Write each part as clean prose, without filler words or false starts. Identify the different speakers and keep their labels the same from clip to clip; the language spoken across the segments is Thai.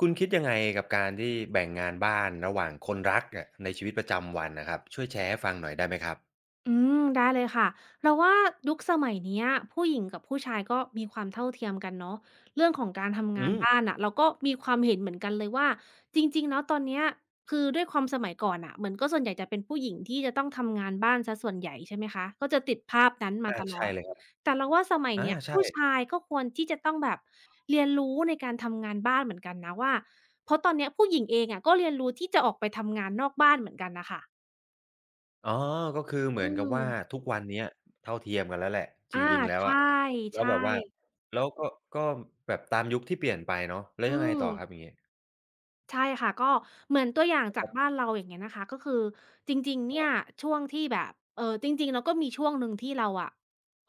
Speaker 1: คุณคิดยังไงกับการที่แบ่งงานบ้านระหว่างคนรักเนี่ยในชีวิตประจำวันนะครับช่วยแชร์ให้ฟังหน่อยได้ไหมครับ
Speaker 2: อืมได้เลยค่ะเราว่ายุคสมัยเนี้ยผู้หญิงกับผู้ชายก็มีความเท่าเทียมกันเนาะเรื่องของการทำงา
Speaker 1: อื
Speaker 2: น
Speaker 1: ม
Speaker 2: บ้านน่ะเราก็มีความเห็นเหมือนกันเลยว่าจริงๆแล้วตอนเนี้ยคือด้วยความสมัยก่อนน่ะเหมือนก็ส่วนใหญ่จะเป็นผู้หญิงที่จะต้องทำงานบ้านเสียส่วนใหญ่ใช่ไหมคะก็จะติดภาพนั้นมา
Speaker 1: อา
Speaker 2: ตลอ
Speaker 1: ใช่
Speaker 2: ด
Speaker 1: เลยครับ
Speaker 2: แต่เราว่าสมัย
Speaker 1: อา
Speaker 2: เนี้ย
Speaker 1: ใช่
Speaker 2: ผู้ชายก็ควรที่จะต้องแบบเรียนรู้ในการทำงานบ้านเหมือนกันนะว่าเพราะตอนเนี้ยผู้หญิงเองอะก็เรียนรู้ที่จะออกไปทำงานนอกบ้านเหมือนกันน่ะค่ะ
Speaker 1: อ๋อก็คือเหมื
Speaker 2: อื
Speaker 1: อนกับว่า
Speaker 2: ม
Speaker 1: ทุกวันเนี้ยเท่าเทียมกันแล้วแหละจ
Speaker 2: อา
Speaker 1: ริงๆแล้ว
Speaker 2: ใช่
Speaker 1: อะแล้ว
Speaker 2: ใช่
Speaker 1: แบบว่าแล้วก็ก็แบบตามยุคที่เปลี่ยนไปเนาะแล้ว
Speaker 2: อื
Speaker 1: ยังไง
Speaker 2: ม
Speaker 1: ต่อครับอย่างงี้
Speaker 2: ใช่ค่ะก็เหมือนตัวอย่างจา
Speaker 1: ค
Speaker 2: ก
Speaker 1: รั
Speaker 2: บ้าน
Speaker 1: บ
Speaker 2: เราอย่างเงี้ยนะคะก็คือจริงๆเนี่ยช่วงที่แบบจริงๆเราก็มีช่วงหนึ่งที่เราอะ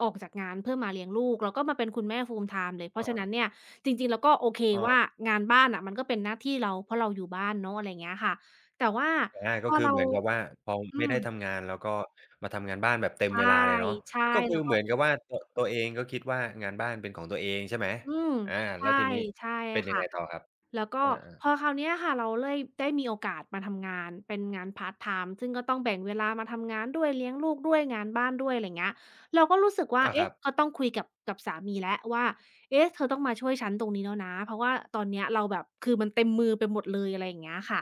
Speaker 2: ออกจากงานเพื่อมาเลี้ยงลูกแล้วก็มาเป็นคุณแม่ full time เลยเพ
Speaker 1: อ๋
Speaker 2: ราะฉะนั้
Speaker 1: อ
Speaker 2: นเนี่ยจริงๆเราก็โอเค
Speaker 1: อ๋อ
Speaker 2: ว่างานบ้านน่ะมันก็เป็นหน้าที่เราเพราะเราอยู่บ้านเนาะอะไรอย่างเงี้ยค่ะแต่ว่า
Speaker 1: อา
Speaker 2: พ
Speaker 1: ก็
Speaker 2: อ
Speaker 1: คือ
Speaker 2: เรา
Speaker 1: เหมือนกับว่าพอ
Speaker 2: อื
Speaker 1: ไม่
Speaker 2: ม
Speaker 1: ได้ทำงานแล้วก็มาทำงานบ้านแบบเต็ม
Speaker 2: ใช่
Speaker 1: เวลาเลยเนาะ
Speaker 2: ใช่
Speaker 1: ก็คื
Speaker 2: แล้
Speaker 1: อ
Speaker 2: วก็
Speaker 1: เหมือนกับว่าตัวตัวเองก็คิดว่างานบ้านเป็นของตัวเองใช่ไหม
Speaker 2: อืม
Speaker 1: อาแล้
Speaker 2: ใช่
Speaker 1: วทีนี้
Speaker 2: ใช่
Speaker 1: เป็นยัง
Speaker 2: ค่ะ
Speaker 1: ไงต่อครับ
Speaker 2: แล้วก็
Speaker 1: อา
Speaker 2: พอ
Speaker 1: ๆ
Speaker 2: คราวเนี้ยค่ะเราเลยได้มีโอกาสมาทำงานเป็นงานพาร์ตไทม์ซึ่งก็ต้องแบ่งเวลามาทำงานด้วยเลี้ยงลูกด้วยงานบ้านด้วยอะไรเงี้ยเราก็รู้สึกว่า
Speaker 1: อาค
Speaker 2: เอ๊ะ
Speaker 1: รับ
Speaker 2: ก็ต้องคุยกับสามีแล้วว่าเอ๊ะเธอต้องมาช่วยฉันตรงนี้แล้วนะเพราะว่าตอนเนี้ยเราแบบคือมันเต็มมือไปหมดเลยอะไรอย่างเงี้ยค่ะ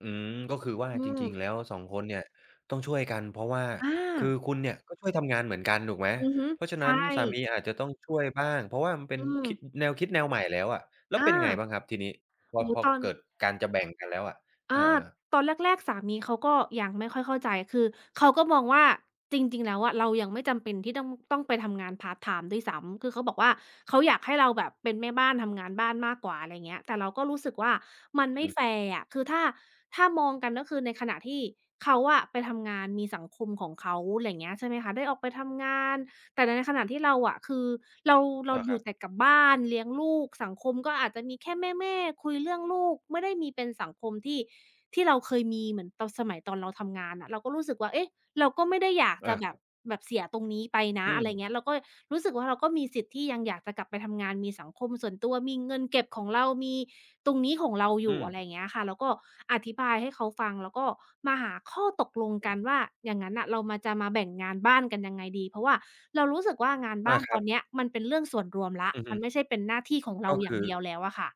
Speaker 1: อืมก็คือว่า
Speaker 2: อื
Speaker 1: จ
Speaker 2: ม
Speaker 1: ริงๆแล้วสองคนเนี่ยต้องช่วยกันเพราะว่า
Speaker 2: อา
Speaker 1: คือคุณเนี่ยก็ช่วยทำงานเหมือนกันถูกไหม
Speaker 2: อือฮึ
Speaker 1: เพราะฉะนั้น
Speaker 2: ใช่
Speaker 1: สามีอาจจะต้องช่วยบ้างเพราะว่ามันเป็น
Speaker 2: อืม
Speaker 1: คิดแนวคิดแนวใหม่แล้วอะแล้ว
Speaker 2: อา
Speaker 1: เป็นไงบ้างครับทีนี้พอ
Speaker 2: โอ้โฮ
Speaker 1: พอ
Speaker 2: ตอน
Speaker 1: เกิดการจะแบ่งกันแล้วอะ
Speaker 2: อา
Speaker 1: อาๆ
Speaker 2: ตอนแรกๆสามีเขาก็ยังไม่ค่อยเข้าใจคือเขาก็มองว่าจริงๆแล้วอะเรายังไม่จำเป็นที่ต้องไปทำงานพาร์ตไทม์ด้วยซ้ำคือเขาบอกว่าเขาอยากให้เราแบบเป็นแม่บ้านทำงานบ้านมากกว่าอะไรเงี้ยแต่เราก็รู้สึกว่ามันไม่
Speaker 1: อื
Speaker 2: แฟ
Speaker 1: ม
Speaker 2: ร์อะคือถ้าถ้ามองกันก็คือในขณะที่เขาอะไปทำงานมีสังคมของเขาไรเงี้ยใช่ไหมคะได้ออกไปทำงาน แต่ในขณะที่เราอะคือเราเรา
Speaker 1: อา
Speaker 2: อ
Speaker 1: ครั
Speaker 2: ยู่
Speaker 1: บ
Speaker 2: แต่กับบ้านเลี้ยงลูกสังคมก็อาจจะมีแค่แม่ๆคุยเรื่องลูกไม่ได้มีเป็นสังคมที่ที่เราเคยมีเหมือนตอนสมัยตอนเราทำงานอะเราก็รู้สึกว่าเอ๊ะ เราก็ไม่ได้อยากจะ
Speaker 1: อา
Speaker 2: แบ
Speaker 1: ค
Speaker 2: บ
Speaker 1: รับ
Speaker 2: แบบเสียตรงนี้ไปนะ
Speaker 1: อื
Speaker 2: อะ
Speaker 1: ม
Speaker 2: ไรเงี้ยเราก็รู้สึกว่าเราก็มีสิทธิ์ที่ยังอยากจะกลับไปทำงานมีสังคมส่วนตัวมีเงินเก็บของเรา มีตรงนี้ของเราอยู่
Speaker 1: อืม
Speaker 2: อะไรเงี้ยค่ะแล้วก็อธิบายให้เขาฟังแล้วก็มาหาข้อตกลงกันว่าอย่างงั้นน่ะเรามาจะมาแบ่งงานบ้านกันยังไงดีเพราะว่าเรารู้สึกว่างาน
Speaker 1: อา
Speaker 2: บ้าน
Speaker 1: ค
Speaker 2: ต
Speaker 1: รั
Speaker 2: อ
Speaker 1: บ
Speaker 2: นเนี้ยมันเป็นเรื่องส่วนรวมแล้ว
Speaker 1: อือ
Speaker 2: มั
Speaker 1: ฮึ
Speaker 2: นไม่ใช่เป็นหน้าที่ของเรา
Speaker 1: ก็
Speaker 2: อย่า
Speaker 1: คื
Speaker 2: ง
Speaker 1: อ
Speaker 2: เดียวแล้วอะค่ะ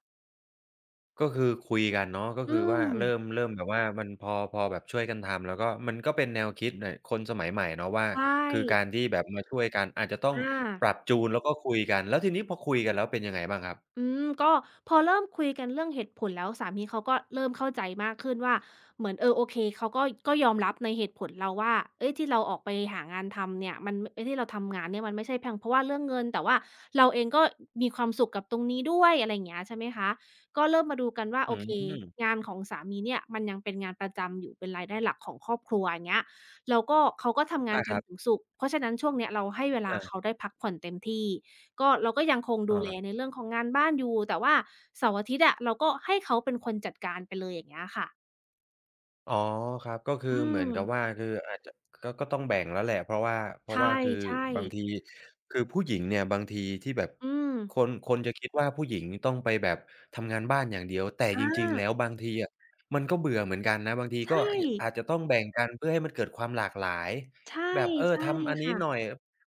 Speaker 1: ก็คือคุยกันเนาะก็
Speaker 2: อื
Speaker 1: คือว่า
Speaker 2: ม
Speaker 1: เริ่มเริ่มแบบว่ามันพอพอแบบช่วยกันทำแล้วก็มันก็เป็นแนวคิดเน่ยคนสมัยใหม่เนาะว่า
Speaker 2: ใช
Speaker 1: คือการ
Speaker 2: ่
Speaker 1: ที่แบบมาช่วยกันอาจจะต้อง
Speaker 2: อา
Speaker 1: ปรับจูนแล้วก็คุยกันแล้วทีนี้พอคุยกันแล้วเป็นยังไงบ้างครับ
Speaker 2: อืมก็พอเริ่มคุยกันเรื่องเหตุผลแล้วสามีเขาก็เริ่มเข้าใจมากขึ้นว่าเหมือนเออโอเคเขาก็ยอมรับในเหตุผลเราว่าเฮ้ยที่เราออกไปหางานทำเนี่ยมันไอ้ที่เราทำงานเนี่ยมันไม่ใช่เพียงเพราะว่าเรื่องเงินแต่ว่าเราเองก็มีความสุขกับตรงนี้ด้วยอะไรอย่างเงี้ยใช่ไหมคะก็เริ่มมาดูกันว่า
Speaker 1: อื
Speaker 2: โอเค
Speaker 1: ม
Speaker 2: งานของสามีเนี่ยมันยังเป็นงานประจำอยู่เป็นรายได้หลักของครอบครัวอย่างเงี้ยแล้วก็เขาก็ทำงาน
Speaker 1: อาค
Speaker 2: จันท
Speaker 1: รั
Speaker 2: ร์
Speaker 1: บ
Speaker 2: ถึงศุกร์เพราะฉะนั้นช่วงเนี้ยเราให้เวลา
Speaker 1: อา
Speaker 2: เขาได้พักผ่อนเต็มที่ ก็เราก็ยังคงดู
Speaker 1: อา
Speaker 2: แลในเรื่องของงานบ้านอยู่แต่ว่าเสาร์อาทิตย์อะเราก็ให้เขาเป็นคนจัดการไปเลยอย่างเงี้ยค่ะ
Speaker 1: อ๋อครับก็คือ
Speaker 2: อื
Speaker 1: เหมือน
Speaker 2: ม
Speaker 1: กับว่าคืออาจจะก็ก็ต้องแบ่งแล้วแหละเพราะว่าเพ
Speaker 2: ใ
Speaker 1: ราะว่าคือ
Speaker 2: ช่
Speaker 1: บางที
Speaker 2: ๆ
Speaker 1: คือผู้หญิงเนี่ยบางทีที่แบบ
Speaker 2: อืม
Speaker 1: คนคนจะคิดว่าผู้หญิงต้องไปแบบทำงานบ้านอย่างเดียวแต่
Speaker 2: อ
Speaker 1: จริงๆ
Speaker 2: า
Speaker 1: แล้วบางทีอะมันก็เบื่อเหมือนกันนะบางทีก็
Speaker 2: ใช่
Speaker 1: ยอาจจะต้องแบ่งกันเพื่อให้มันเกิดความหลากหลาย
Speaker 2: ใช่
Speaker 1: แบบเออ
Speaker 2: ใช่
Speaker 1: ทำอันนี้
Speaker 2: ค่ะ
Speaker 1: หน่อย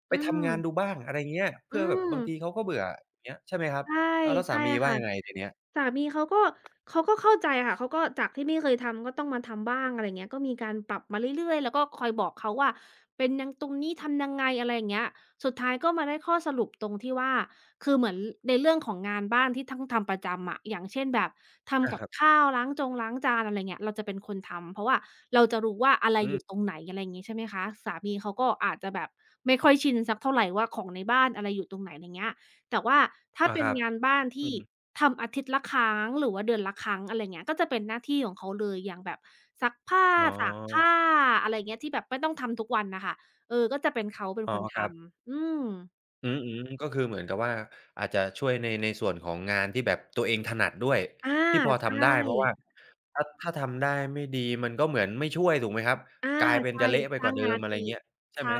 Speaker 2: อื
Speaker 1: ไป
Speaker 2: ม
Speaker 1: ทำงานดูบ้างอะไรเงี้ย
Speaker 2: อื
Speaker 1: เพื่อแบบ
Speaker 2: ม
Speaker 1: บางทีเขาก็เบื่ออย่างเงี้ยใช่ไหมครับ
Speaker 2: ใช่
Speaker 1: อ้าวแล้วสา
Speaker 2: ใช่
Speaker 1: มีว่า
Speaker 2: ค่ะ
Speaker 1: ยังไงทีเนี้ย
Speaker 2: สามีเขาก็เข้าใจค่ะเขาก็จากที่ไม่เคยทำก็ต้องมาทำบ้างอะไรอย่างเงี้ยก็มีการปรับมาเรื่อยๆแล้วก็คอยบอกเขาว่าเป็นยังตรงนี้ทำยังไงอะไรอย่างเงี้ยสุดท้ายก็มาได้ข้อสรุปตรงที่ว่าคือเหมือนในเรื่องของงานบ้านที่ทั้งทำประจำอะอย่างเช่นแบบทำ
Speaker 1: อา
Speaker 2: กั
Speaker 1: ค
Speaker 2: บ
Speaker 1: รับ
Speaker 2: ข้าวล้างจานอะไรเงี้ยเราจะเป็นคนทำเพราะว่าเราจะรู้ว่าอะไร
Speaker 1: อื
Speaker 2: อ
Speaker 1: ม
Speaker 2: ยู่ตรงไหนอะไรอย่างงี้ใช่ไหมคะสามีเขาก็อาจจะแบบไม่ค่อยชินสักเท่าไรว่าของในบ้านอะไรอยู่ตรงไหนอะไรเงี้ยแต่ว่าถ้า
Speaker 1: อา
Speaker 2: เป็
Speaker 1: ค
Speaker 2: น
Speaker 1: รับ
Speaker 2: งานบ้าน
Speaker 1: อื
Speaker 2: ที่
Speaker 1: ม
Speaker 2: ทำอาทิตย์ละครั้งหรือว่าเดือนละครั้งอะไรเงี้ยก็จะเป็นหน้าที่ของเขาเลยอย่างแบบซักผ้า
Speaker 1: อ๋อ
Speaker 2: ตากผ้าอะไรเงี้ยที่แบบไม่ต้องทำทุกวันน่ะค่ะเออก็จะเป็นเขาเป็น
Speaker 1: อ๋อ
Speaker 2: คนท
Speaker 1: ครับ
Speaker 2: ำอืม
Speaker 1: อืมๆก็คือเหมือนกับว่าอาจจะช่วยในในส่วนของงานที่แบบตัวเองถนัดด้วย
Speaker 2: อา
Speaker 1: ที่พอ
Speaker 2: ใช่
Speaker 1: ทำได้เพราะว่าถ้าถ้าทำได้ไม่ดีมันก็เหมือนไม่ช่วยถูกไหมครับ
Speaker 2: อา
Speaker 1: กลายเป็น
Speaker 2: ใช่
Speaker 1: จะเละไป
Speaker 2: ส
Speaker 1: ก
Speaker 2: ร้าง
Speaker 1: ว่าเดิ
Speaker 2: งา
Speaker 1: ม
Speaker 2: น
Speaker 1: อะไร
Speaker 2: อีก
Speaker 1: เงี้ยใช่
Speaker 2: ใช่
Speaker 1: ไหม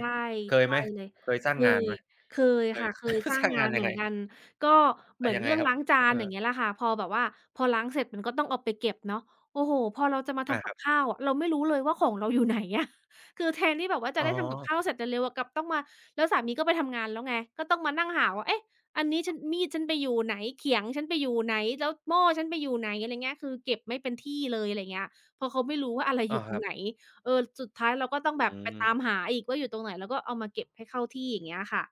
Speaker 1: เคย
Speaker 2: ใช่
Speaker 1: ไหม
Speaker 2: เลย
Speaker 1: เคยส
Speaker 2: เค
Speaker 1: ร้างงาน
Speaker 2: ย
Speaker 1: ไหม
Speaker 2: เคย
Speaker 1: เคย
Speaker 2: ค่ะเคยส ร้า
Speaker 1: ส
Speaker 2: ง
Speaker 1: ร้าง
Speaker 2: งา
Speaker 1: งา
Speaker 2: น
Speaker 1: น
Speaker 2: เห
Speaker 1: ยั
Speaker 2: มื
Speaker 1: ง
Speaker 2: อ
Speaker 1: ไง
Speaker 2: นกันก็เห
Speaker 1: อา
Speaker 2: มือน
Speaker 1: ยังไง
Speaker 2: เรื่อง
Speaker 1: ครับ
Speaker 2: ล้างจาน
Speaker 1: เอ
Speaker 2: อ
Speaker 1: อ
Speaker 2: ย่างเงี้ยแหละค่ะพอแบบว่าพอล้างเสร็จมันก็ต้องเอาไปเก็บเนาะโอ้โฮพอเราจะมา
Speaker 1: อา
Speaker 2: ทำ
Speaker 1: ค
Speaker 2: กับ
Speaker 1: รับ
Speaker 2: ข้าวอะเราไม่รู้เลยว่าของเราอยู่ไหนอะ คือแทนที่แบบว่าจะ
Speaker 1: อ๋อ
Speaker 2: ได้ทำกับข้าวเสร็จเร็วๆอะกลับต้องมาแล้วสามีก็ไปทำงานแล้วไงก็ต้องมานั่งหาว่าเอ๊ะอันนี้ฉันมีดฉันไปอยู่ไหนเขียงฉันไปอยู่ไหนแล้วหม้อฉันไปอยู่ไหนอะไรเงี้ยคือเก็บไม่เป็นที่เลยอะไรเงี้ยเพราะเขาไม่รู้ว่าอะไรอ
Speaker 1: อ้อ
Speaker 2: ยู่ต
Speaker 1: ค
Speaker 2: รง
Speaker 1: รั
Speaker 2: ไหน
Speaker 1: บ
Speaker 2: เออสุดท้ายเราก็ต้องแบบ
Speaker 1: อื
Speaker 2: ไป
Speaker 1: ม
Speaker 2: ตามหาอีกว่าอยู่ตรงไหนแล้วก็เอามาเก็บให้เข้าที่อย่างเงี้ยค่ะ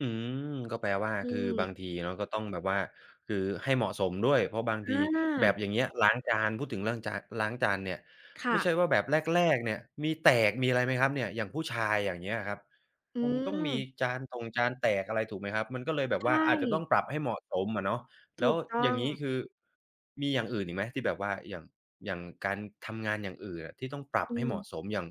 Speaker 1: อืมก็แปลว่า
Speaker 2: อื
Speaker 1: คือบาง
Speaker 2: ม
Speaker 1: ทีเนาะก็ต้องแบบว่าคือให้เหมาะสมด้วยเพราะบาง
Speaker 2: อ
Speaker 1: ทีแบบอย่า
Speaker 2: า
Speaker 1: งเงี้ยล้างจานพูดถึงเรื่องจานล้างจานเนี่ย
Speaker 2: ค่ะ
Speaker 1: ไม่ใช่ว่าแบบแรกๆเนี่ยมีแตกมีอะไรไหมครับเนี่ยอย่างผู้ชายอย่างเงี้ยครับ
Speaker 2: อื
Speaker 1: คงต้องมี
Speaker 2: ม
Speaker 1: จานต่งจานแตกอะไรถูกไหมครับมันก็เลยแบบ
Speaker 2: ใช
Speaker 1: ว่าอาจจะต้อง
Speaker 2: ่
Speaker 1: ปรับให้เหมาะสมอะเนาะแล้
Speaker 2: ถู
Speaker 1: ว
Speaker 2: ก
Speaker 1: อ
Speaker 2: ต้อ
Speaker 1: ย่า
Speaker 2: ง
Speaker 1: งงี้คือมีอย่างอื่นอีกไหมที่แบบว่าอย่างอย่างการทำงานอย่างอื่นอะที่ต้องปรับ
Speaker 2: อื
Speaker 1: ให้เหมาะส
Speaker 2: ม
Speaker 1: มอย่าง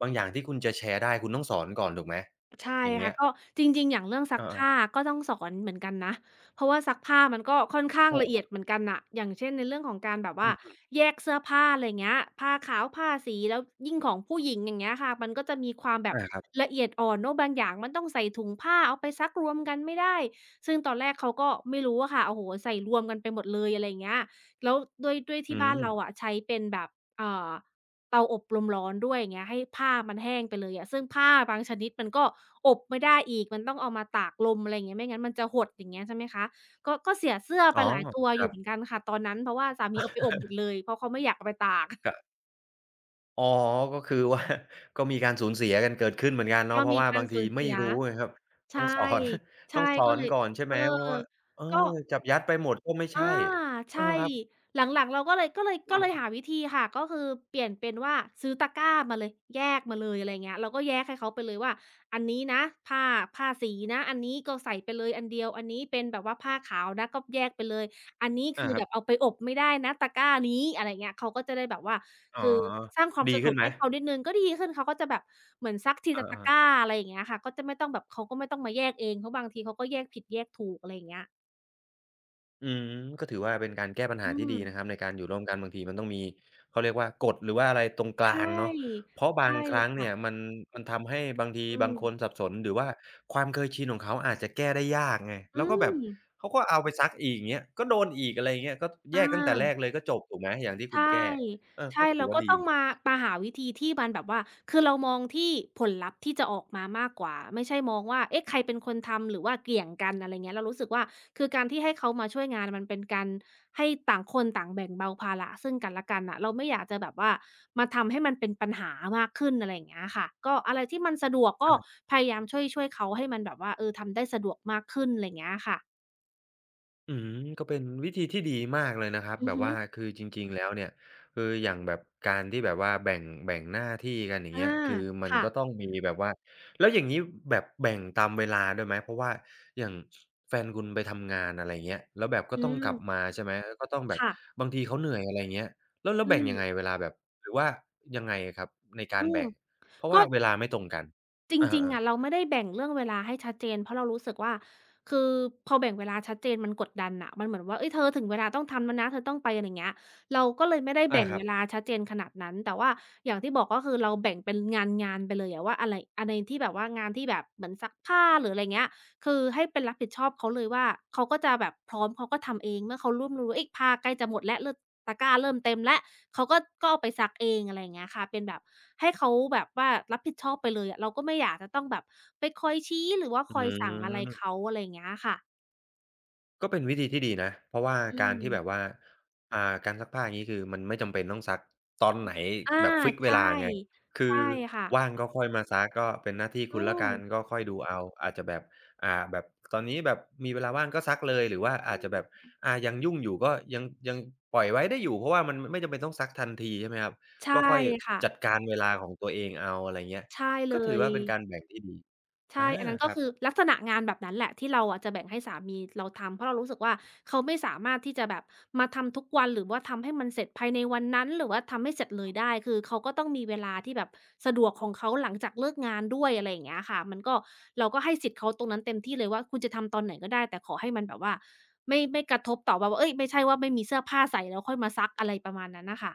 Speaker 1: บางอย่างที่คุณจะแชร์ได้คุณต้องสอนก่อนถูกไหม
Speaker 2: ใช่
Speaker 1: อย่างเงี้
Speaker 2: ค่ะ
Speaker 1: ย
Speaker 2: ก็จริงๆอย่างเรื่องซั
Speaker 1: เอ
Speaker 2: ก
Speaker 1: อ
Speaker 2: ผ้าก็ต้องสอนเหมือนกันนะเพราะว่าซักผ้ามันก็ค่อนข้างละเอีย
Speaker 1: ๆ
Speaker 2: ดเหมือนกันน่ะอย่างเช่นในเรื่องของการแบบ
Speaker 1: อื
Speaker 2: ว่า
Speaker 1: ม
Speaker 2: แยกเสื้อผ้าอะไรเงี้ยผ้าขาวผ้าสีแล้วยิ่งของผู้หญิงอย่างเงี้ยค่ะมันก็จะมีความแบบ
Speaker 1: อาครับ
Speaker 2: ละเอียดอ่อนเนาะบางอย่างมันต้องใส่ถุงผ้าเอาไปซักรวมกันไม่ได้ซึ่งตอนแรกเขาก็ไม่รู้อะค่ะโอ้โฮใส่รวมกันไปหมดเลยอะไรอย่างเงี้ยแล้วด้วยที่
Speaker 1: อื
Speaker 2: บ้าน
Speaker 1: ม
Speaker 2: เราอะใช้เป็นแบบเอ่อ เตาอบลมร้อนด้วยอย่างเงี้ยให้ผ้ามันแห้งไปเลยอะซึ่งผ้าบางชนิดมันก็อบไม่ได้อีกมันต้องเอามาตากลมอะไรอย่างเงี้ยไม่งั้นมันจะหดอย่างเงี้ยใช่ไหมคะก็เสียเสื้อไป
Speaker 1: อ๋อ
Speaker 2: หลายตัว
Speaker 1: ค
Speaker 2: อ
Speaker 1: รั
Speaker 2: ยู่เหมือน
Speaker 1: บ
Speaker 2: กันค่ะตอนนั้นเพราะว่าสามีเอาไปอบหมดเลยเพราะเขาไม่อยากเอาไปตาก
Speaker 1: กะอ๋อ ก็คือว่า ก็มีการสูญเสียกันเกิดขึ้นเหมือนกันเนาะ
Speaker 2: ก็
Speaker 1: เพราะ
Speaker 2: มี
Speaker 1: ว่า
Speaker 2: การ
Speaker 1: บาง
Speaker 2: สู
Speaker 1: ที
Speaker 2: ญ
Speaker 1: ไม่
Speaker 2: เสีย
Speaker 1: รู้ไงครับต้อ
Speaker 2: ใช่
Speaker 1: งสอน ต้
Speaker 2: ใช่
Speaker 1: องสอ
Speaker 2: ก็
Speaker 1: น
Speaker 2: เลย
Speaker 1: ก่อนใช่
Speaker 2: เอ
Speaker 1: ไห
Speaker 2: อ
Speaker 1: ม เพราะว่าเออ
Speaker 2: ก็
Speaker 1: จับยัดไปหมดก็ไม่
Speaker 2: อา
Speaker 1: ใช่เออ
Speaker 2: ใช่
Speaker 1: ครับ
Speaker 2: หลังๆเราก็เลยก็เลย
Speaker 1: อื
Speaker 2: ก็เลย
Speaker 1: ม
Speaker 2: หาวิธีค่ะก็คือเปลี่ยนเป็นว่าซื้อตะกร้ามาเลยแยกมาเลยอะไรอย่างเงี้ยเราก็แยกให้เขาไปเลยว่าอันนี้นะผ้าผ้าสีนะอันนี้ก็ใส่ไปเลยอันเดียวอันนี้เป็นแบบว่าผ้าขาวนะก็แยกไปเลยอันนี้
Speaker 1: อา
Speaker 2: คือ
Speaker 1: ครั
Speaker 2: แบ
Speaker 1: บ
Speaker 2: บเอาไปอบไม่ได้นะตะกร้านี้อะไรอย่างเงี้ยเขาก็จะได้แบบว่า
Speaker 1: อ๋อ
Speaker 2: คือสร้างความ
Speaker 1: ดี
Speaker 2: สะด
Speaker 1: ขึ้
Speaker 2: วก
Speaker 1: นไหม
Speaker 2: ให้เขานิดหนึ่งก็ดีขึ้นเขาก็จะแบบเหมือนซักที
Speaker 1: เอ
Speaker 2: ละตะก
Speaker 1: อ
Speaker 2: ร้า
Speaker 1: ๆ
Speaker 2: อะไรอย่างเงี้ยค่ะก็จะไม่ต้องแบบเขาก็ไม่ต้องมาแยกเองเพราะบางทีเขาก็แยกผิดแยกถูกอะไรอย่างเงี้ย
Speaker 1: อืมก็ถือว่าเป็นการแก้ปัญ
Speaker 2: อื
Speaker 1: หาที่
Speaker 2: ม
Speaker 1: ดีนะครับในการอยู่ร่วมกันบางทีมันต้องมีเขาเรียกว่ากฎหรือว่าอะไรตรงก
Speaker 2: ใช่
Speaker 1: ลางเนาะเพราะบาง
Speaker 2: ใช่
Speaker 1: ครั้ง
Speaker 2: ค่ะ
Speaker 1: เนี่ยมันมันทำให้บางที
Speaker 2: อื
Speaker 1: บางคน
Speaker 2: ม
Speaker 1: สับสนหรือว่าความเคยชินของเขาอาจจะแก้ได้ยากไง
Speaker 2: อื
Speaker 1: แล้วก็แบ
Speaker 2: ม
Speaker 1: บเขาก็เอาไปซักอีกอย่างเงี้ยก็โดนอีกอะไรอย่างเงี้ยก็แย
Speaker 2: อา
Speaker 1: กตั้งแต่แรกเลยก็จบถูกไหมอย่างที่คุณ
Speaker 2: ใช่
Speaker 1: แก้เออ
Speaker 2: ใช่
Speaker 1: ก็ถือ
Speaker 2: เรา
Speaker 1: ว่า
Speaker 2: ก็
Speaker 1: ดี
Speaker 2: ต้องมามาหาวิธีที่มันแบบว่าคือเรามองที่ผลลัพธ์ที่จะออกมามากกว่าไม่ใช่มองว่าเอ๊ะใครเป็นคนทำหรือว่าเกี่ยงกันอะไรเงี้ยเรารู้สึกว่าคือการที่ให้เขามาช่วยงานมันเป็นการให้ต่างคนต่างแบ่งเบาภาระซึ่งกันและกันน่ะเราไม่อยากจะแบบว่ามาทำให้มันเป็นปัญหามากขึ้นอะไรอย่างเงี้ยค่ะก็อะไรที่มันสะดวกก็
Speaker 1: อา
Speaker 2: พยายามช่วยเขาให้มันแบบว่าเออทำได้สะดวกมากขึ้นไรเงี้ยค่ะ
Speaker 1: อืมก็เป็นวิธีที่ดีมากเลยนะครับ
Speaker 2: อือ
Speaker 1: แบบ
Speaker 2: ฮึ
Speaker 1: ว่าคือจริงๆแล้วเนี่ยคืออย่างแบบการที่แบบว่าแบ่งหน้าที่กันอย่าง
Speaker 2: อา
Speaker 1: เงี้ยคือมัน
Speaker 2: ค่ะ
Speaker 1: ก็ต้องมีแบบว่าแล้วอย่างนี้แบบแบ่งตามเวลาด้วยไหมเพราะว่าอย่างแฟนคุณไปทำงานอะไรเงี้ยแล้วแบบก็
Speaker 2: อื
Speaker 1: ต้องกลับมา
Speaker 2: ม
Speaker 1: ใช่ไหมก็ต้องแบบ
Speaker 2: ค่ะ
Speaker 1: บางทีเขาเหนื่อยอะไรเงี้ยแล้ว
Speaker 2: อื
Speaker 1: แบ่ง
Speaker 2: ม
Speaker 1: ยังไงเวลาแบบหรือว่ายังไงครับในกา
Speaker 2: อื
Speaker 1: ร
Speaker 2: ม
Speaker 1: แบ่งเพราะ
Speaker 2: ก็
Speaker 1: ว่าเวลาไม่ตรงกัน
Speaker 2: จริงๆ
Speaker 1: อา
Speaker 2: อะ
Speaker 1: ๆ
Speaker 2: เราไม่ได้แบ่งเรื่องเวลาให้ชัดเจนเพราะเรารู้สึกว่าคือพอแบ่งเวลาชัดเจนมันกดดันน่ะมันเหมือนว่าเฮ้ยเธอถึงเวลาต้องทำแล้วนะเธอต้องไปอะไรอย่างเงี้ยเราก็เลยไม่ได้
Speaker 1: อา
Speaker 2: แบ่ง
Speaker 1: ครั
Speaker 2: เว
Speaker 1: บ
Speaker 2: ลาชัดเจนขนาดนั้นแต่ว่าอย่างที่บอกก็คือเราแบ่งเป็นงานๆไปเลยอะว่าอะไรอะไรที่แบบว่างานที่แบบเหมือนซักผ้าหรืออะไรอย่างเงี้ยคือให้เป็นรับผิดชอบเขาเลยว่าเขาก็จะแบบพร้อมเขาก็ทำเองเมื่อเขาร่วมรู้ว่าเฮ้ยผ้าใกล้จะหมดแล้วเริ่มตะกร้าเริ่มเต็มแล้วเขาก็เอาไปซักเองอะไรอย่างเงี้ยค่ะเป็นแบบ ให้เขาแบบว่ารับผิดชอบไปเลยอะเราก็ไม่อยากจะต้องแบบไปคอยชี้หรือว่า
Speaker 1: อื
Speaker 2: คอยสั่งอะไรเขา
Speaker 1: ม
Speaker 2: อะไรอย่างเงี้ยค่ะ
Speaker 1: ก็เป็นวิธีที่ดีนะเพราะว่า
Speaker 2: อื
Speaker 1: การ
Speaker 2: ม
Speaker 1: ที่แบบว่าการซักผ้าอย่างงี้คือมันไม่จำเป็นต้องซักตอนไหน
Speaker 2: อา
Speaker 1: แบบฟิกซ์เว
Speaker 2: ใช่
Speaker 1: ลาไงคื
Speaker 2: ใช่
Speaker 1: อว่า
Speaker 2: ค่ะ
Speaker 1: งก็ค่อยมาซักก็เป็นหน้าที่
Speaker 2: อื
Speaker 1: คุณแล้ว
Speaker 2: ม
Speaker 1: กันก็ค่อยดูเอาอาจจะแบบแบบตอนนี้แบบมีเวลาว่างก็ซักเลยหรือว่าอาจจะแบบยังยุ่งอยู่ก็ยังปล่อยไว้ได้อยู่เพราะว่ามันไม่จำเป็นต้องซักทันทีใช่ไหมครับ
Speaker 2: ใช่
Speaker 1: ก็ค่อย
Speaker 2: ค่ะ
Speaker 1: จัดการเวลาของตัวเองเอาอะไรเงี้ย
Speaker 2: ใช่เล
Speaker 1: ก็ถือ
Speaker 2: ย
Speaker 1: ว่าเป็นการแบ่งที่ดีอา
Speaker 2: ใช่ อันนั้น
Speaker 1: ค
Speaker 2: ก็
Speaker 1: รับ
Speaker 2: คือลักษณะงานแบบนั้นแหละที่เราอะจะแบ่งให้สามีเราทำเพราะเรารู้สึกว่าเขาไม่สามารถที่จะแบบมาทำทุกวันหรือว่าทำให้มันเสร็จภายในวันนั้นหรือว่าทำให้เสร็จเลยได้คือเขาก็ต้องมีเวลาที่แบบสะดวกของเขาหลังจากเลิกงานด้วยอะไรอย่างเงี้ยค่ะมันก็เราก็ให้สิทธิ์เขาตรงนั้นเต็มที่เลยว่าคุณจะทำตอนไหนก็ได้แต่ขอให้มันแบบว่าไม่กระทบต่อแบบว่าเฮ้ยไม่ใช่ว่าไม่มีเสื้อผ้าใส่แล้วค่อยมาซักอะไรประมาณนั้นน่ะค่ะ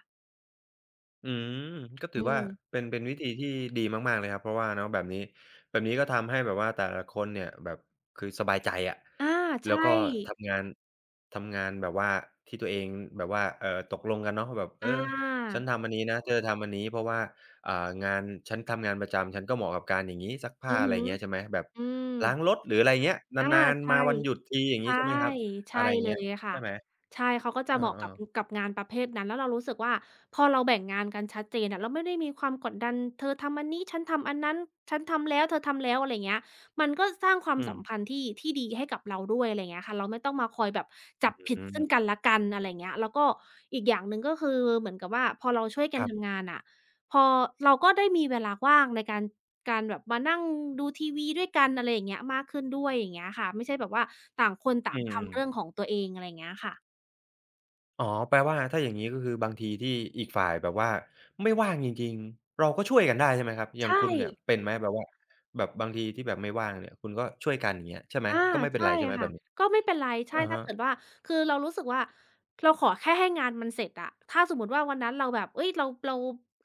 Speaker 1: อืมก็ถื
Speaker 2: อื
Speaker 1: อว่า
Speaker 2: ม
Speaker 1: เป็นวิธีที่ดีมากๆเลยครับเพราะว่าเนาะแบบนี้แบบนี้ก็ทำให้แบบว่าแต่ละคนเนี่ยแบบคือสบายใจอะ
Speaker 2: อา
Speaker 1: แล้ว
Speaker 2: ใช่
Speaker 1: ก็ทำงานทำงานแบบว่าที่ตัวเองแบบว่าตกลงกันเนาะแบบเอ
Speaker 2: อ
Speaker 1: อฉัน
Speaker 2: า
Speaker 1: ทำอันนี้นะเธอทำอันนี้เพราะว่าอ่างานฉันทำงานประจำฉันก็เหมาะกับการอย่างงี้ซัก
Speaker 2: อื
Speaker 1: ผ้า
Speaker 2: อ
Speaker 1: อะไร
Speaker 2: ฮึ
Speaker 1: อย่างเงี้ยใช่ไหมแบบ
Speaker 2: อืม
Speaker 1: ล้างรถหรืออะไรอย่างเงี้ย
Speaker 2: อา
Speaker 1: นานๆ
Speaker 2: ใช่
Speaker 1: มาวันหยุดทีอย่างงี้
Speaker 2: ใช่
Speaker 1: ใช่ไหมครับ
Speaker 2: ใช่
Speaker 1: อะไรอย่าง
Speaker 2: เล
Speaker 1: เงี้ย
Speaker 2: ยค่ะ
Speaker 1: ใช่ไหม
Speaker 2: ใช่เขาก็จะ
Speaker 1: เอ
Speaker 2: เหมาะกับ
Speaker 1: อๆ
Speaker 2: งานประเภทนั้นแล้วเรารู้สึกว่าพอเราแบ่งงานกันชัดเจนอะเราไม่ได้มีความกดดันเธอทำอันนี้ฉันทำอันนั้นฉันทำแล้วเธอทำแล้วอะไรเงี้ยมันก็สร้างความ
Speaker 1: อื
Speaker 2: สั
Speaker 1: ม
Speaker 2: มพันธ์ที่ดีให้กับเราด้วยอะไรเงี้ยค่ะเราไม่ต้องมาคอยแบบจั
Speaker 1: อ
Speaker 2: บผิด
Speaker 1: ื
Speaker 2: ซึ่ง
Speaker 1: ม
Speaker 2: กันและกันอะไรเงี้ยแล้วก็อีกอย่างหนึ่งก็คือเหมือนกับว่าพอเราช่วยกั
Speaker 1: ค
Speaker 2: น
Speaker 1: รั
Speaker 2: ทำ
Speaker 1: บ
Speaker 2: งานอะ พอเราก็ได้มีเวลาว่างในการแบบมานั่งดูทีวีด้วยกันอะไรอย่างเงี้ยมากขึ้นด้วยอย่างเงี้ยค่ะไม่ใช่แบบว่าต่างคนต่า
Speaker 1: อื
Speaker 2: ง
Speaker 1: ม
Speaker 2: ทำเรื่องของตัวเองอะไรอย่างเงี้ยค่ะ
Speaker 1: อ๋อแปลว่าถ้าอย่างงี้ก็คือบางทีที่อีกฝ่ายแบบว่าไม่ว่างจริงๆเราก็ช่วยกันได้ใช่ไหมครับอย่าง
Speaker 2: ใช่
Speaker 1: คุณเนี่ยเป็นไหมแบบว่าแบบบางทีที่แบบไม่ว่างเนี่ยคุณก็ช่วยกันอย่างเงี้ยใช่ไหม
Speaker 2: อา
Speaker 1: ก็ไม่เป็น
Speaker 2: ใช่
Speaker 1: ไรใช่ไหมแบ
Speaker 2: ค่ะ
Speaker 1: บนี้
Speaker 2: ก็ไม่เป็นไรใช่
Speaker 1: อะ
Speaker 2: ถ้า
Speaker 1: ฮะ
Speaker 2: เกิดว่าคือเรารู้สึกว่าเราขอแค่ให้งานมันเสร็จอะถ้าสมมุติว่าวันนั้นเราแบบเฮ้ยเรา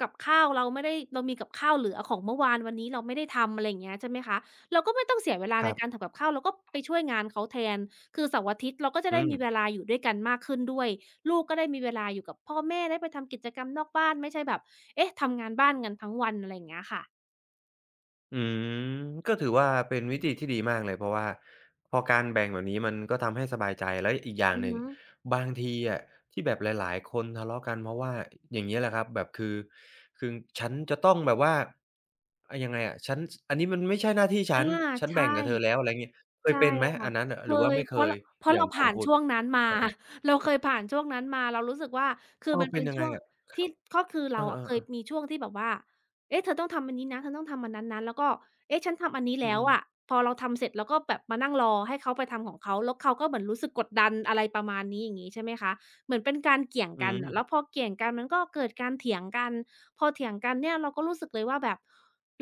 Speaker 2: กับข้าวเราไม่ได้เรามีกับข้าวเหลือของเมื่อวานวันนี้เราไม่ได้ทำอะไรอย่างเงี้ยใช่ไหมคะเราก็ไม่ต้องเสียเวลา
Speaker 1: ค
Speaker 2: ใน
Speaker 1: รับ
Speaker 2: การทำกับข้าวเราก็ไปช่วยงานเขาแทนคือเสาร์อาทิตย์เราก็จะ
Speaker 1: อื
Speaker 2: ได้มีเว
Speaker 1: ม
Speaker 2: ลาอยู่ด้วยกันมากขึ้นด้วยลูกก็ได้มีเวลาอยู่กับพ่อแม่ได้ไปทำกิจกรรมนอกบ้านไม่ใช่แบบเอ๊ะทำงานบ้านกันทั้งวันอะไรอย่างเงี้ยค่ะ
Speaker 1: อืมก็ถือว่าเป็นวิธีที่ดีมากเลยเพราะว่าพอการแบ่งแบบนี้มันก็ทำให้สบายใจแล้วอีกอย่าง
Speaker 2: อือ
Speaker 1: หนึ่ง
Speaker 2: ฮึ
Speaker 1: บางทีอะที่แบบหลายๆคนทะเลาะกันเพราะว่าอย่างนี้แหละครับแบบคือฉันจะต้องแบบว่าอะยังไงอะฉันอันนี้มันไม่ใช่หน้าที่
Speaker 2: อา
Speaker 1: ฉันฉัน
Speaker 2: ใช่
Speaker 1: แบ่งกับเธอแล้วอะไรอย่างงี้เคย
Speaker 2: ใช่
Speaker 1: เป็นไหม
Speaker 2: ค่ะ
Speaker 1: อันนั้นน่ะ
Speaker 2: เค
Speaker 1: หรือว่า
Speaker 2: ย
Speaker 1: ไม่เคย
Speaker 2: เพ
Speaker 1: อ
Speaker 2: ราะ
Speaker 1: ย่า
Speaker 2: เรา
Speaker 1: งของ
Speaker 2: ผ่าน
Speaker 1: คุณ
Speaker 2: ช่วงนั้นมา
Speaker 1: อา
Speaker 2: เราเคยผ่านช่วงนั้นมาเรารู้สึกว่าคื
Speaker 1: ๆ
Speaker 2: อ
Speaker 1: อ้าว
Speaker 2: มัน
Speaker 1: เป็
Speaker 2: เป็
Speaker 1: น
Speaker 2: น
Speaker 1: ยังไง
Speaker 2: ช่วง
Speaker 1: อะครั
Speaker 2: ที่
Speaker 1: บ
Speaker 2: ก็คือ
Speaker 1: เอ
Speaker 2: เรา
Speaker 1: อ
Speaker 2: อะเคย
Speaker 1: ๆ
Speaker 2: มี
Speaker 1: ๆ
Speaker 2: ช่วงที่แบบว่าเอ๊ะเธอต้องทำอันนี้นะเธอต้องทำอันนั้นนะแล้วก็เอ๊ะฉันทำอันนี้
Speaker 1: อื
Speaker 2: แล้ว
Speaker 1: ม
Speaker 2: อะพอเราทำเสร็จเราก็แบบมานั่งรอให้เขาไปทำของเขาแล้วเขาก็เหมือนรู้สึกกดดันอะไรประมาณนี้อย่างงี้ใช่ไหมคะเหมือนเป็นการเกี่ยง
Speaker 1: ๆอื
Speaker 2: กัน
Speaker 1: ม
Speaker 2: น่ะแล้วพอเกี่ยงกันมันก็เกิดการเถียงกันพอเถียงกันเนี่ยเราก็รู้สึกเลยว่าแบบ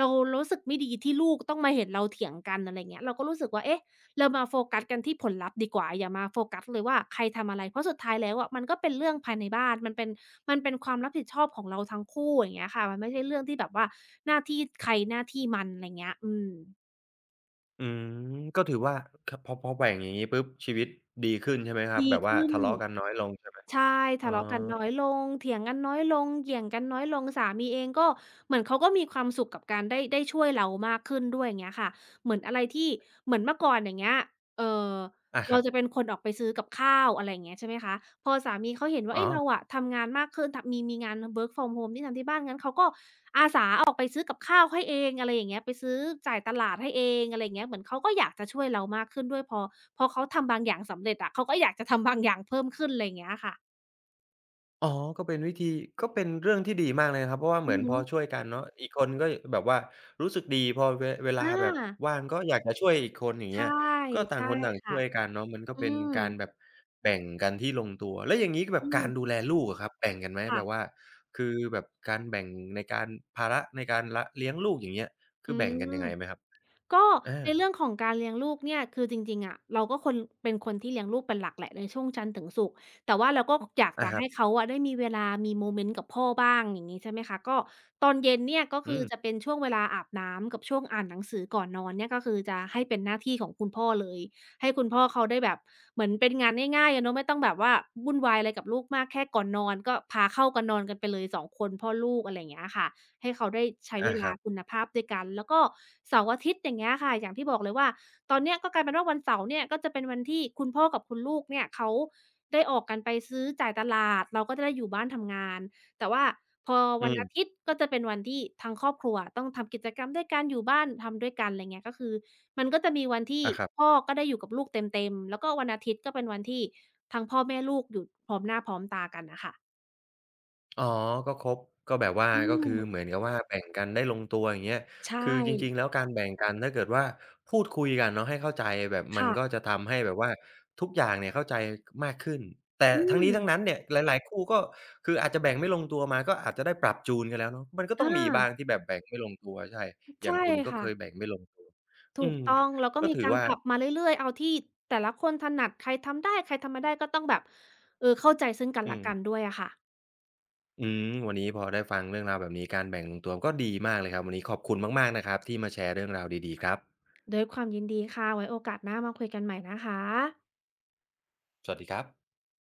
Speaker 2: เรารู้สึกไม่ดีที่ลูกต้องมาเห็นเราเถียงกันอะไรอย่างเงี้ยเราก็รู้สึกว่าเอ๊ะ เรามาโฟกัสกันที่ผลลัพธ์ดีกว่าอย่ามาโฟกัสเลยว่าใครทำอะไรเพราะสุดท้ายแล้วอะมันก็เป็นเรื่องภายในบ้านมันเป็นความรับผิดชอบของเราทั้งคู่อย่างเงี้ยค่ะมันไม่ใช่เรื่องที่แบบว่าหน้าที่ใครหน้าที่มันอะไรเงี้ยอืม
Speaker 1: อืมก็ถือว่าคพอแบ่งอย่างงี้ปุ๊บชีวิตดีขึ้นใช่ไหมครับ
Speaker 2: ดี
Speaker 1: แบบว่า
Speaker 2: ขึ้น
Speaker 1: ทะเลาะกันน้อยลงใช่ไหม
Speaker 2: ใช่
Speaker 1: อ๋อ
Speaker 2: ทะเลาะกันน้อยลงเถียงกันน้อยลงเหยี่ยงกันน้อยลงสามีเองก็เหมือนเขาก็มีความสุขกับการได้ช่วยเรามากขึ้นด้วยอย่างเงี้ยค่ะเหมือนอะไรที่เหมือนเมื่อก่อนอย่างเงี้ยเอ่อ
Speaker 1: อาค
Speaker 2: เรา
Speaker 1: รับ
Speaker 2: จะเป็นคนออกไปซื้อกับข้าวอะไรอย่างเงี้ยใช่ไหมคะพอสามีเขาเห็นว่า
Speaker 1: อ๋อ
Speaker 2: เฮ้ยเราอะทำงานมากขึ้นทำมีงาน work from home ที่ทำที่บ้านงั้นเขาก็ออกไปซื้อกับข้าวให้เองอะไรอย่างเงี้ยไปซื้อจ่ายตลาดให้เองอะไรอย่างเงี้ยเหมือนเขาก็อยากจะช่วยเรามากขึ้นด้วยพอเขาทำบางอย่างสำเร็จอะเขาก็อยากจะทำบางอย่างเพิ่มขึ้นไรเงี้ยค่ะ
Speaker 1: อ๋อก็เป็นวิธีก็เป็นเรื่องที่ดีมากเลยนะครับ เพราะว่าเห
Speaker 2: อื
Speaker 1: มือ
Speaker 2: อ
Speaker 1: นพ
Speaker 2: ฮึ
Speaker 1: อช่วยกันเนาะอีกคนก็แบบว่ารู้สึกดีพอเวเวลา
Speaker 2: อ
Speaker 1: แบบ
Speaker 2: า
Speaker 1: ว่างก็อยากจะช่วยอีกคนอย่างเงี้
Speaker 2: ใช่
Speaker 1: ยก็ต่าง
Speaker 2: ใช่
Speaker 1: คนต่าง
Speaker 2: ค่ะ
Speaker 1: ช่วยกันเนาะมันก็
Speaker 2: อื
Speaker 1: เป็น
Speaker 2: ม
Speaker 1: การแบบแบ่งกันที่ลงตัว แล้วอย่างงี้แบ
Speaker 2: อื
Speaker 1: บการดู
Speaker 2: ม
Speaker 1: แลลูกอะครับแบ่งกันไหมแบบ
Speaker 2: ค่ะ
Speaker 1: ว่าคือแบบการแบ่งในการภาระในการละเลี้ยงลูกอย่างเงี้ย
Speaker 2: อื
Speaker 1: คือแบ่งกัน
Speaker 2: ม
Speaker 1: ยังไงไหมครับ
Speaker 2: ก็
Speaker 1: อา
Speaker 2: ในเรื่องของการเลี้ยงลูกเนี่ยคือจริงๆอะเราก็คนเป็นคนที่เลี้ยงลูกเป็นหลักแหละในช่วงจันทร์ถึงศุกร์แต่ว่าเราก็อยาก
Speaker 1: อา
Speaker 2: จะ
Speaker 1: ครั
Speaker 2: ให้
Speaker 1: บ
Speaker 2: เขาอะได้มีเวลามีโมเมนต์กับพ่อบ้างอย่างงี้ใช่ไหมคะก็ตอนเย็นเนี่ยก็คือ
Speaker 1: อื
Speaker 2: จะเป็
Speaker 1: ม
Speaker 2: นช่วงเวลาอาบน้ำกับช่วงอ่านหนังสือก่อนนอนเนี่ยก็คือจะให้เป็นหน้าที่ของคุณพ่อเลยให้คุณพ่อเขาได้แบบเหมือนเป็นงานง่ายๆอะเนาะไม่ต้องแบบว่าวุ่นวายอะไรกับลูกมากแค่ก่อนนอนก็พาเข้ากันนอนกันไปเลยสองคนพ่อลูกอะไรอย่างเงี้ยค่ะ ให้เขาได้ใช้เว
Speaker 1: อาค
Speaker 2: ลา
Speaker 1: รับ
Speaker 2: คุณภาพด้วยกันแล้วก็เสาร์อาทิตย์อย่างเงี้ยค่ะอย่างที่บอกเลยว่าตอนเนี้ยก็กลายเป็นว่าวันเสาร์เนี่ยก็จะเป็นวันที่คุณพ่อกับคุณลูกเนี่ยเขาได้ออกกันไปซื้อจ่ายตลาดเราก็จะได้อยู่บ้านทำงานแต่ว่าพอ
Speaker 1: อื
Speaker 2: วันอาทิต
Speaker 1: ม
Speaker 2: ย์ก็จะเป็นวันที่ทั้งครอบครัวต้องทำกิจกรรมด้วยกันอยู่บ้านทำด้วยกันไรเงี้ยก็คือมันก็จะมีวันที่
Speaker 1: อาครั
Speaker 2: พ่อ
Speaker 1: บ
Speaker 2: ก็ได้อยู่กับลูกเต็มๆแล้วก็วันอาทิตย์ก็เป็นวันที่ทั้งพ่อแม่ลูกอยู่พร้อมหน้าพร้อมตากันน่ะค่ะ
Speaker 1: อ๋อ ก็ครบก็แบบว่า
Speaker 2: อื
Speaker 1: ก็คือ เห
Speaker 2: ม
Speaker 1: มือนกับว่าแบ่งกันได้ลงตัวอย่างเงี้ย
Speaker 2: ใช่
Speaker 1: คือจริงๆ แล้วการแบ่งกันถ้าเกิดว่าพูดคุยกันเนาะให้เข้าใจแบบมัน
Speaker 2: ค่ะ
Speaker 1: ก็จะทำให้แบบว่าทุกอย่างเนี่ยเข้าใจมากขึ้น แต่
Speaker 2: อื
Speaker 1: ทั้ง
Speaker 2: ม
Speaker 1: นี้ทั้งนั้นเนี่ยหลายๆ คู่ก็คืออาจจะแบ่งไม่ลงตัวมาก็อาจจะได้ปรับจูนกันแล้วเนาะมันก็ต้อ
Speaker 2: อ
Speaker 1: งมีบ้าง
Speaker 2: า
Speaker 1: ที่แบบแบ่งไม่ลงตัวใช่ อย่าง
Speaker 2: ใช่
Speaker 1: คุณก็เค
Speaker 2: ค่ะ
Speaker 1: ยแบ่งไม่ลงตัวอื
Speaker 2: ถูก
Speaker 1: ม
Speaker 2: ต้องแล้วก็
Speaker 1: ก็
Speaker 2: มี
Speaker 1: ถือ
Speaker 2: การ
Speaker 1: ว่า
Speaker 2: ปรับมาเรื่อยๆเอาที่แต่ละคนถนัดใครทำได้ใครทำไม่ได้ก็ต้องแบบเออเข้าใจซึ่งกัน
Speaker 1: อื
Speaker 2: และ
Speaker 1: ม
Speaker 2: กันด้วยอะค่ะ
Speaker 1: อืมวันนี้พอได้ฟังเรื่องราวแบบนี้การแบ่งลงตัวก็ดีมากเลยครับวันนี้ขอบคุณมากๆนะครับที่มาแชร์เรื่องราวดีๆครับ
Speaker 2: ด้วยความยินดีค่ะไว้โอกาสหน้ามาคุยกันใหม่นะคะ
Speaker 1: สวัสดีครับ